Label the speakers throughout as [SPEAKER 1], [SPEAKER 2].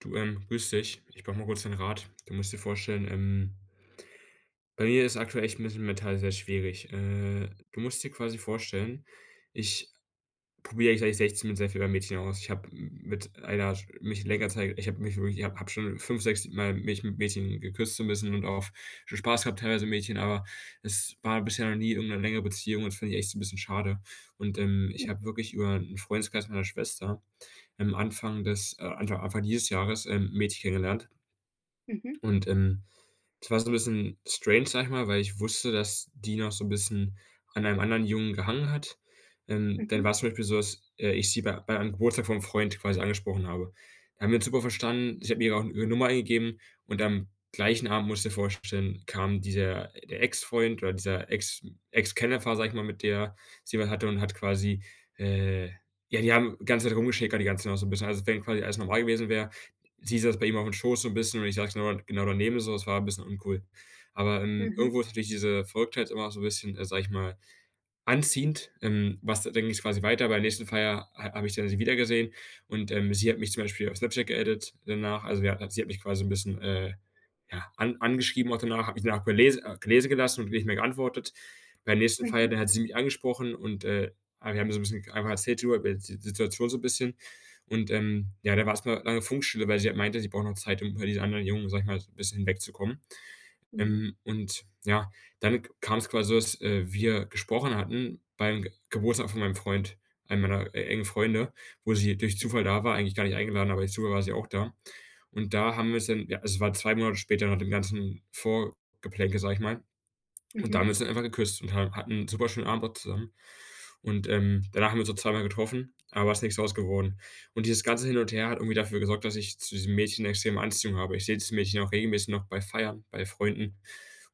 [SPEAKER 1] Du, grüß dich. Ich brauche mal kurz deinen Rat. Du musst dir vorstellen, bei mir ist aktuell echt ein bisschen mental sehr schwierig. Du musst dir quasi vorstellen, ich probiere eigentlich seit ich 16 bin sehr viel bei Mädchen aus. Ich habe mit einer mich länger Zeit ich habe schon 5, 6 Mal mich mit Mädchen geküsst so 'n bisschen und auch schon Spaß gehabt teilweise mit Mädchen, aber es war bisher noch nie irgendeine längere Beziehung und das finde ich echt so 'n bisschen schade. Und, ich habe wirklich über einen Freundeskreis meiner Schwester, Anfang dieses Jahres, 'n Mädchen kennengelernt.
[SPEAKER 2] Mhm,
[SPEAKER 1] Und, das war so ein bisschen strange, sag ich mal, weil ich wusste, dass die noch so ein bisschen an einem anderen Jungen gehangen hat. Ähm,
[SPEAKER 2] mhm,
[SPEAKER 1] dann war's zum Beispiel so, dass, ich sie bei einem Geburtstag von einem Freund quasi angesprochen habe. Da haben wir uns super verstanden. Ich habe mir auch ihre Nummer eingegeben und am gleichen Abend, musst du dir vorstellen, kam dieser der Ex-Freund oder dieser Ex Ex-Kennenlerner, sag ich mal, mit der sie was hatte und hat quasi, äh ja, die haben die ganze Zeit rumgeschickert die ganze Nacht so ein bisschen, als wenn quasi alles normal gewesen wär. Sie saß bei ihm aufm Schoß so ein bisschen und ich saß genau daneben so, das war ein bisschen uncool. Aber,
[SPEAKER 2] mhm,
[SPEAKER 1] irgendwo ist natürlich diese Verrücktheit immer auch so ein bisschen, sage ich mal, anziehend, was denke ich quasi weiter. Bei der nächsten Feier ha habe ich dann sie wieder gesehen und, sie hat mich zum Beispiel auf Snapchat geaddet danach. Also, ja, sie hat mich quasi ein bisschen, ja, an angeschrieben auch danach, hat mich danach gelesen gelassen und nicht mehr geantwortet. Bei der nächsten Feier,
[SPEAKER 2] mhm,
[SPEAKER 1] da hat sie mich angesprochen und, wir haben so ein bisschen einfach erzählt über die Situation so ein bisschen und, ja, da war erst mal lange Funkstille, weil sie halt meinte, sie braucht noch Zeit, um über diese anderen Jungen, sage ich mal, so 'n bisschen hinwegzukommen.
[SPEAKER 2] mhm,
[SPEAKER 1] Und ja, dann kam es quasi so, dass, wir gesprochen hatten beim Ge Geburtstag von meinem Freund, einem meiner, engen Freunde, wo sie durch Zufall da war, eigentlich gar nicht eingeladen, aber durch Zufall war sie auch da. Und da haben wir es dann, ja, es war 2 Monate später nach dem ganzen Vorgeplänkel, sag ich mal, und da
[SPEAKER 2] mhm,
[SPEAKER 1] haben wir uns dann einfach geküsst und ha hatten 'n super schönen Abend auch zusammen. Und, danach haben wir uns noch zweimal getroffen, aber es ist nichts draus geworden. Und dieses ganze Hin und Her hat irgendwie dafür gesorgt, dass ich zu diesem Mädchen 'ne extreme Anziehung habe. Ich sehe dieses Mädchen auch regelmäßig noch bei Feiern, bei Freunden.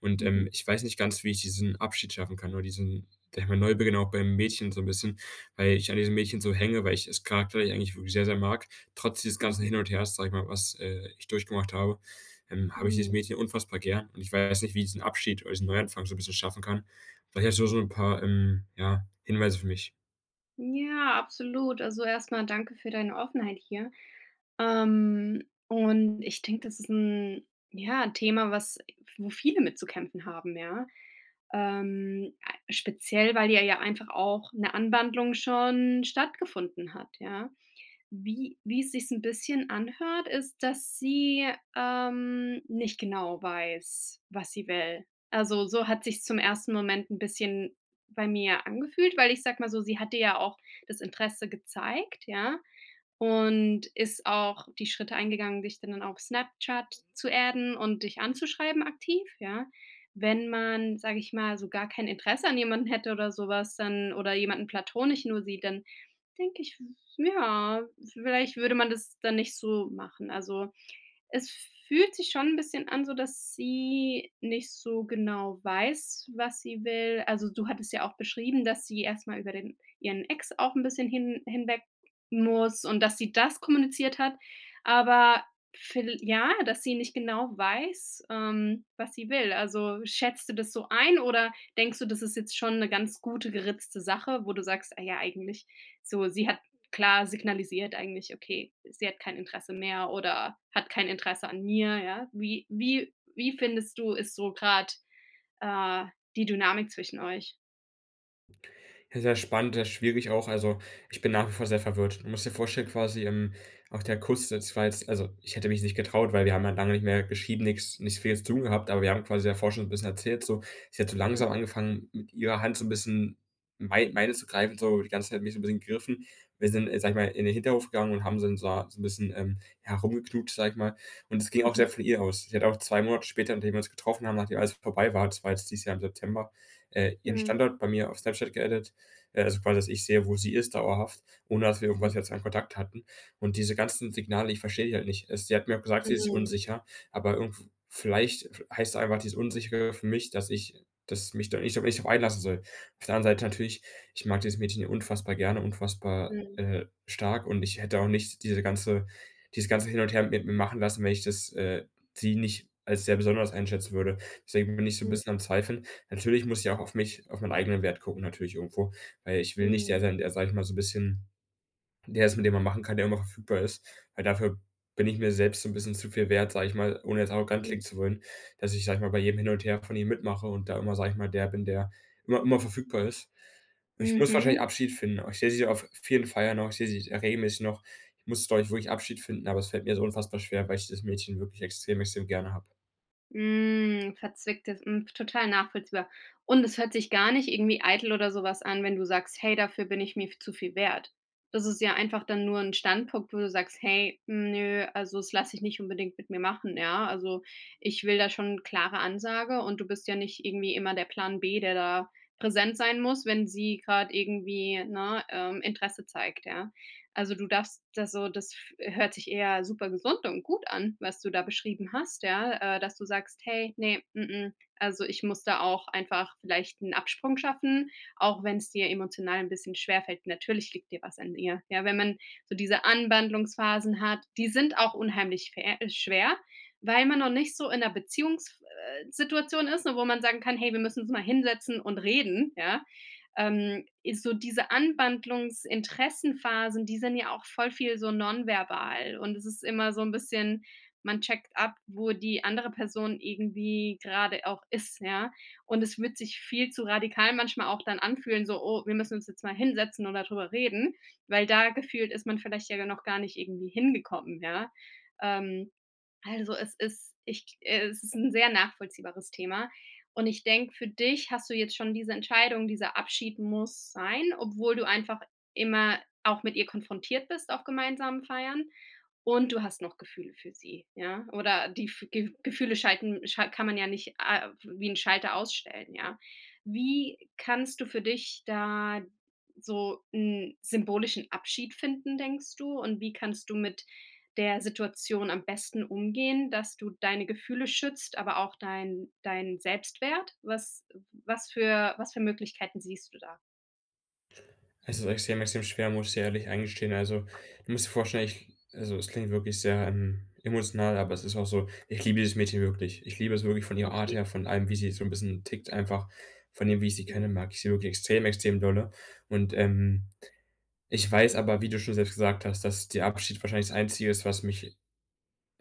[SPEAKER 1] Und,
[SPEAKER 2] mhm,
[SPEAKER 1] ich weiß nicht ganz, wie ich diesen Abschied schaffen kann oder diesen, sage ich mal, Neubeginn auch beim Mädchen so ein bisschen, weil ich an diesem Mädchen so hänge, weil ich es charakterlich eigentlich wirklich sehr, sehr mag, trotz dieses ganzen
[SPEAKER 2] mhm,
[SPEAKER 1] Hin und Hers, sage ich mal, was, ich durchgemacht habe. Habe ich dieses
[SPEAKER 2] mhm.
[SPEAKER 1] Mädchen unfassbar gern und ich weiß nicht, wie ich diesen Abschied oder diesen Neuanfang so ein bisschen schaffen kann. Vielleicht hast du so ein paar, ja, Hinweise für mich.
[SPEAKER 2] Ja, absolut. Also, erstmal danke für deine Offenheit hier. Und ich denke, das ist ein Thema, was wo viele mit zu kämpfen haben, ja. Ähm, speziell, weil ja einfach auch eine Anwandlung schon stattgefunden hat, ja. Wie es sich ein bisschen anhört, ist, dass sie, nicht genau weiß, was sie will. Also, so hat sich zum ersten Moment ein bisschen bei mir angefühlt, weil ich sag mal so, sie hatte ja auch das Interesse gezeigt, ja? Und ist auch die Schritte eingegangen, dich dann auf Snapchat zu adden und dich anzuschreiben aktiv, ja. Wenn man, sage ich mal, so gar kein Interesse an jemanden hätte oder sowas dann oder jemanden platonisch nur sieht, dann denke ich, ja, vielleicht würde man das dann nicht so machen. Also, es fühlt sich schon ein bisschen an, so dass sie nicht so genau weiß, was sie will. Also, du hattest ja auch beschrieben, dass sie erst mal über den ihren Ex auch ein bisschen hinweg muss und dass sie das kommuniziert hat, aber viell ja, dass sie nicht genau weiß, was sie will. Also, schätzt du das so ein oder denkst du, das ist jetzt schon eine ganz gute, geritzte Sache, wo du sagst: „Ah ja, eigentlich so, sie hat klar signalisiert eigentlich, okay, sie hat kein Interesse mehr oder hat kein Interesse an mir, ja? Wie findest du, ist so gerade äh, die Dynamik zwischen euch?
[SPEAKER 1] Ja, sehr spannend, sehr schwierig auch. Also, ich bin nach wie vor sehr verwirrt. Du musst dir vorstellen quasi, auch der Kuss, das war jetzt, also, ich hätte mich nicht getraut, weil wir haben ja lange nicht mehr geschrieben, nichts, nicht viel zu tun gehabt, aber wir haben quasi davor schon ein bisschen erzählt, so. Sie hat so langsam
[SPEAKER 2] Mhm,
[SPEAKER 1] angefangen, mit ihrer Hand so ein bisschen meine zu greifen, so die ganze Zeit mich so ein bisschen gegriffen. Wir sind, sage ich mal, in den Hinterhof gegangen und haben dann so 'n bisschen, ja, rumgeknutscht, sage ich mal. Und es ging auch
[SPEAKER 2] mhm,
[SPEAKER 1] sehr von ihr aus. Sie hat auch 2 Monate später, nachdem wir uns getroffen haben, nachdem alles vorbei war, das war jetzt dieses Jahr im September, ihren
[SPEAKER 2] mhm,
[SPEAKER 1] Standort bei mir auf Snapchat geaddet, also quasi, dass ich sehe, wo sie ist dauerhaft, ohne dass wir
[SPEAKER 2] mhm,
[SPEAKER 1] irgendwas jetzt an Kontakt hatten. Und diese ganzen Signale, ich verstehe die halt nicht. Es, sie hat mir auch gesagt, sie ist sich unsicher, aber irgendwo, vielleicht heißt einfach dieses Unsichere für mich, dass ich, dass mich da nicht, so, nicht drauf einlassen soll. Auf der anderen Seite natürlich, ich mag dieses Mädchen unfassbar gerne, unfassbar,
[SPEAKER 2] mhm,
[SPEAKER 1] stark, und ich hätte auch nicht diese ganze, dieses ganze Hin und Her mit mir machen lassen, wenn ich das sie nicht als sehr besonders einschätzen würde. Deswegen bin ich so ein
[SPEAKER 2] mhm,
[SPEAKER 1] bisschen am Zweifeln. Natürlich muss ich auch auf mich, auf meinen eigenen Wert gucken, natürlich irgendwo. Weil ich will nicht der
[SPEAKER 2] mhm,
[SPEAKER 1] sein, der, sag ich mal, so ein bisschen der ist, mit dem man machen kann, der immer verfügbar ist. Weil dafür bin ich mir selbst so ein bisschen zu viel wert, sag ich mal, ohne jetzt arrogant klingen zu wollen, dass ich, sag ich mal, bei jedem Hin und Her von ihm mitmache und da immer, sag ich mal, der bin, der immer verfügbar ist. Ich
[SPEAKER 2] mhm,
[SPEAKER 1] muss wahrscheinlich
[SPEAKER 2] mhm.
[SPEAKER 1] Abschied finden. Ich sehe sie auf vielen Feiern noch, ich sehe sie regelmäßig noch. Ich muss, glaube ich, wirklich Abschied finden, aber es fällt mir so unfassbar schwer, weil ich das Mädchen wirklich extrem, extrem gerne habe.
[SPEAKER 2] Hm, verzwicktes hm, total nachvollziehbar. Und es hört sich gar nicht irgendwie eitel oder sowas an, wenn du sagst: „Hey, dafür bin ich mir zu viel wert.“ Das ist ja einfach dann nur ein Standpunkt, wo du sagst: „Hey, mm, nö, also, das lasse ich nicht unbedingt mit mir machen, ja? Also, ich will da schon eine klare Ansage“, und du bist ja nicht irgendwie immer der Plan B, der da präsent sein muss, wenn sie gerade irgendwie, ne, Interesse zeigt, ja? Also, du darfst da so hört sich eher super gesund und gut an, was du da beschrieben hast, ja, dass du sagst: „Hey, nee, mm, mm, also, ich muss da auch einfach vielleicht einen Absprung schaffen, auch wenn es dir emotional ein bisschen schwerfällt.“ Natürlich liegt dir was an ihr. Ja, wenn man so diese Anwandlungsphasen hat, die sind auch unheimlich fair schwer, weil man noch nicht so in einer Beziehungssituation ist, ne, wo man sagen kann: „Hey, wir müssen uns mal hinsetzen und reden“, ja? Ähm, so diese Anwandlungsinteressenphasen, die sind ja auch voll viel so nonverbal und es ist immer so ein bisschen man checkt ab, wo die andere Person irgendwie gerade auch ist, ja? Und es wird sich viel zu radikal manchmal auch dann anfühlen, so: „Oh, wir müssen uns jetzt mal hinsetzen und da drüber reden“, weil da gefühlt ist man vielleicht ja noch gar nicht irgendwie hingekommen, ja? Ähm also, es ist ich es ist ein sehr nachvollziehbares Thema, und ich denke, für dich hast du jetzt schon diese Entscheidung, dieser Abschied muss sein, obwohl du einfach immer auch mit ihr konfrontiert bist auf gemeinsamen Feiern und du hast noch Gefühle für sie, ja? Oder die f Ge Gefühle schalten schal kann man ja nicht, wie 'n Schalter ausstellen, ja? Wie kannst du für dich da so einen symbolischen Abschied finden, denkst du? Und wie kannst du mit der Situation am besten umgehen, dass du deine Gefühle schützt, aber auch dein Selbstwert? Was für Möglichkeiten siehst du da?
[SPEAKER 1] Es ist extrem, extrem schwer, muss ich dir ehrlich eingestehen. Also, du musst dir vorstellen, ich, also, es klingt wirklich sehr, emotional, aber es ist auch so, ich liebe dieses Mädchen wirklich. Ich liebe es wirklich von ihrer Art
[SPEAKER 2] Okay.
[SPEAKER 1] her, von allem, wie sie so ein bisschen tickt einfach, von dem, wie ich sie kenne, mag ich sie wirklich extrem, extrem dolle. Und, ich weiß aber, wie du schon selbst gesagt hast, dass der Abschied wahrscheinlich das Einzige ist, was mich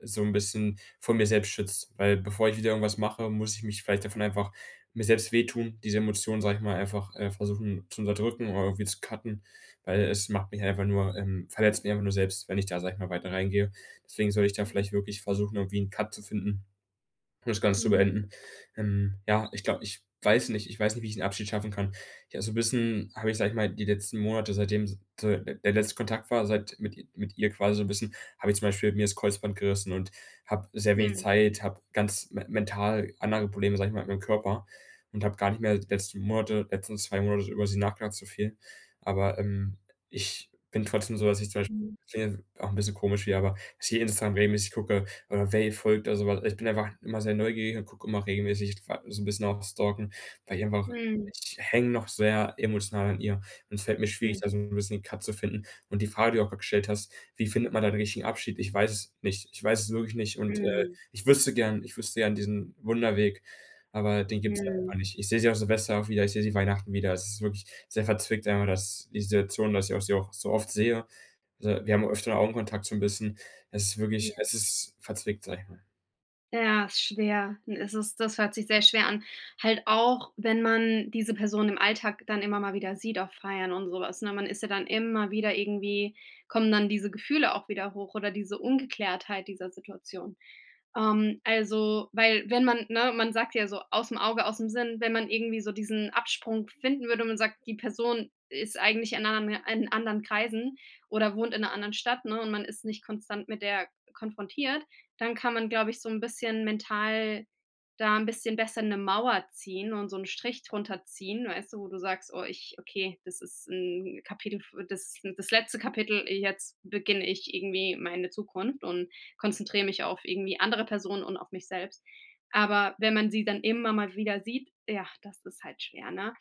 [SPEAKER 1] so ein bisschen vor mir selbst schützt. Weil bevor ich wieder irgendwas mache, muss ich mich vielleicht davon einfach mir selbst wehtun, diese Emotionen, sag ich mal, einfach, versuchen zu unterdrücken oder irgendwie zu cutten, weil es macht mich einfach nur, verletzt mich einfach nur selbst, wenn ich da, sag ich mal, weiter reingehe. Deswegen soll ich da
[SPEAKER 2] Mhm.
[SPEAKER 1] vielleicht wirklich versuchen, irgendwie 'n Cut zu finden, um das Ganze zu
[SPEAKER 2] Mhm.
[SPEAKER 1] beenden. Ja, ich glaube, ich weiß nicht, wie ich den Abschied schaffen kann. Ja, so ein bisschen habe ich, sag ich mal, die letzten Monate, seitdem so der letzte Kontakt war, seit mit ihr quasi so ein bisschen, habe ich zum Beispiel mir das Kreuzband gerissen und habe sehr wenig
[SPEAKER 2] Mhm.
[SPEAKER 1] Zeit, habe ganz mental andere Probleme, sag ich mal, mit meinem Körper und habe gar nicht mehr die letzten Monate, letzten 2 Monate über sie nachgedacht so viel. Aber, ich bin trotzdem so, dass ich zum Beispiel,
[SPEAKER 2] Mhm.
[SPEAKER 1] klingt auch ein bisschen komisch wie, aber dass ich Instagram regelmäßig gucke, oder Vaye folgt oder so was. Ich bin einfach immer sehr neugierig und gucke immer regelmäßig so ein bisschen auch stalken, weil ich einfach,
[SPEAKER 2] Mhm.
[SPEAKER 1] ich hänge noch sehr emotional an ihr und es fällt mir schwierig,
[SPEAKER 2] Mhm.
[SPEAKER 1] da so 'n bisschen den Cut zu finden. Und die Frage, die du auch gerade gestellt hast: „Wie findet man da den richtigen Abschied?“ Ich weiß es nicht. Ich weiß es wirklich nicht und,
[SPEAKER 2] Mhm.
[SPEAKER 1] ich wüsste gern diesen Wunderweg, aber den gibt's einfach
[SPEAKER 2] Mhm.
[SPEAKER 1] nicht. Ich sehe sie auch Silvester auch wieder, ich sehe sie Weihnachten wieder. Es ist wirklich sehr verzwickt, einmal, dass die Situation, dass ich auch sie auch so oft sehe, also, wir haben öfter Augenkontakt so 'n bisschen. Es ist wirklich,
[SPEAKER 2] Ja.
[SPEAKER 1] es ist verzwickt, sage ich mal.
[SPEAKER 2] Ja, ist schwer. Es ist das hört sich sehr schwer an. Halt auch, wenn man diese Person im Alltag dann immer mal wieder sieht auf Feiern und sowas, ne? Man ist ja dann immer wieder irgendwie kommen dann diese Gefühle auch wieder hoch oder diese Ungeklärtheit dieser Situation. Also, weil wenn man ne, man sagt ja so: aus dem Auge, aus dem Sinn“, wenn man irgendwie so diesen Absprung finden würde und man sagt, die Person ist eigentlich in anderen Kreisen oder wohnt in einer anderen Stadt, ne, und man ist nicht konstant mit der konfrontiert, dann kann man, glaube ich, so ein bisschen mental da ein bisschen besser eine Mauer ziehen und so einen Strich drunter ziehen, weißt du, wo du sagst: „Oh, ich okay, das ist ein Kapitel f das das letzte Kapitel, jetzt beginne ich irgendwie meine Zukunft und konzentriere mich auf irgendwie andere Personen und auf mich selbst. Aber wenn man sie dann immer mal wieder sieht, ja, das ist halt schwer, ne?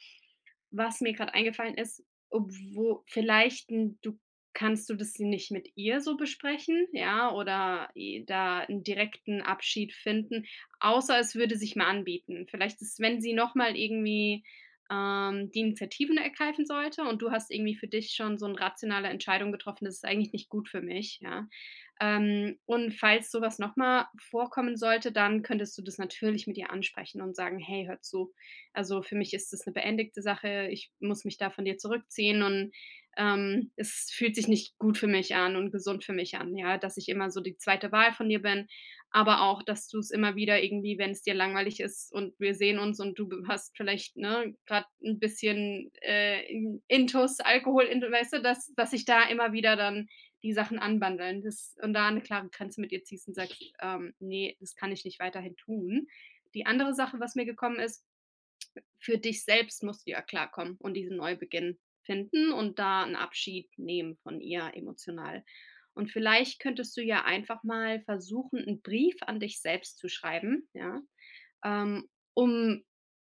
[SPEAKER 2] Was mir gerade eingefallen ist, obwo vielleicht 'n du kannst du das nicht mit ihr so besprechen, ja, oder i da einen direkten Abschied finden, außer es würde sich mal anbieten. Vielleicht ist wenn sie noch mal irgendwie, die Initiativen ergreifen sollte und du hast irgendwie für dich schon so 'ne rationale Entscheidung getroffen: „Das ist eigentlich nicht gut für mich“, ja? Und falls sowas was noch mal vorkommen sollte, dann könntest du das natürlich mit ihr ansprechen und sagen: „Hey, hör zu, also für mich ist das eine beendigte Sache. Ich muss mich da von dir zurückziehen und, es fühlt sich nicht gut für mich an und gesund für mich an, ja, dass ich immer so die zweite Wahl von dir bin, aber auch, dass du es immer wieder irgendwie, wenn es dir langweilig ist und wir sehen uns und du hast vielleicht, ne, gerade ein bisschen, Intus, Alkohol intu weißt du, dass ich da immer wieder dann die Sachen anbandeln, das und da eine klare Grenze mit dir ziehst und sagst: ne, das kann ich nicht weiterhin tun.“ Die andere Sache, was mir gekommen ist, für dich selbst musst du ja klarkommen und diesen Neubeginn finden und da einen Abschied nehmen von ihr emotional. Und vielleicht könntest du ja einfach mal versuchen, einen Brief an dich selbst zu schreiben, ja? ähm, um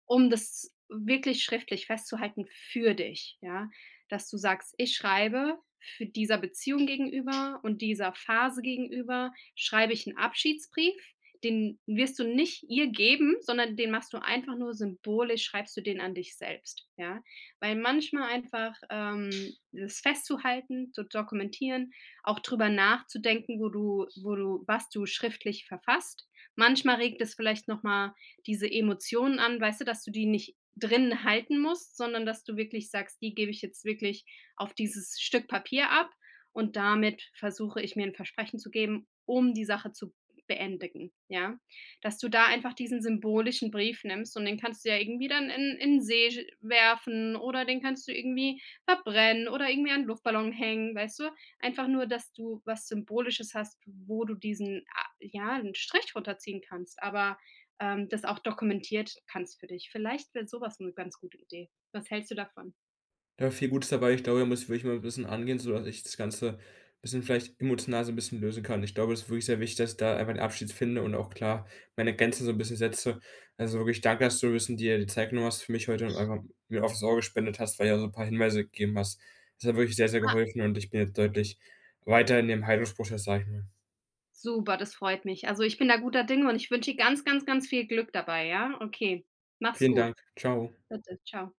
[SPEAKER 2] um das wirklich schriftlich festzuhalten für dich, ja? Dass du sagst: „Ich schreibe für dieser Beziehung gegenüber und dieser Phase gegenüber schreibe ich einen Abschiedsbrief.“ Den wirst du nicht ihr geben, sondern den machst du einfach nur symbolisch, schreibst du den an dich selbst, ja? Weil manchmal einfach, das festzuhalten, zu dokumentieren, auch drüber nachzudenken, wo du was du schriftlich verfasst. Manchmal regt es vielleicht noch mal diese Emotionen an, weißt du, dass du die nicht drin halten musst, sondern dass du wirklich sagst, die gebe ich jetzt wirklich auf dieses Stück Papier ab und damit versuche ich mir ein Versprechen zu geben, um die Sache zu beendigen, ja? Dass du da einfach diesen symbolischen Brief nimmst und den kannst du ja irgendwie dann in 'n See sch werfen oder den kannst du irgendwie verbrennen oder irgendwie an 'n Luftballon hängen, weißt du? Einfach nur, dass du was Symbolisches hast, wo du diesen, ah, ja, einen Strich runterziehen kannst, aber das auch dokumentiert kannst für dich. Vielleicht wäre sowas eine ganz gute Idee. Was hältst du davon?
[SPEAKER 1] Da viel Gutes dabei. Ich glaube, da muss ich wirklich mal 'n bisschen angehen, sodass ich das Ganze bisschen vielleicht emotional so 'n bisschen lösen kann. Ich glaube, es ist wirklich sehr wichtig, dass ich da einfach den Abschied finde und auch klar meine Grenzen so 'n bisschen setze. Also, wirklich danke, dass du 'n bisschen dir die Zeit genommen hast für mich heute und einfach mir offenes Ohr gespendet hast, weil ja so 'n paar Hinweise gegeben hast. Das hat wirklich sehr, sehr
[SPEAKER 2] Ah,
[SPEAKER 1] geholfen und ich bin jetzt deutlich weiter in dem Heilungsprozess, sage ich mal.
[SPEAKER 2] super, das freut mich. Also, ich bin da guter Dinge und ich wünsche dir ganz, ganz, ganz viel Glück dabei, ja? Okay, mach's
[SPEAKER 1] Vielen
[SPEAKER 2] gut.
[SPEAKER 1] Dank. Tschau.
[SPEAKER 2] Bitte, tschau.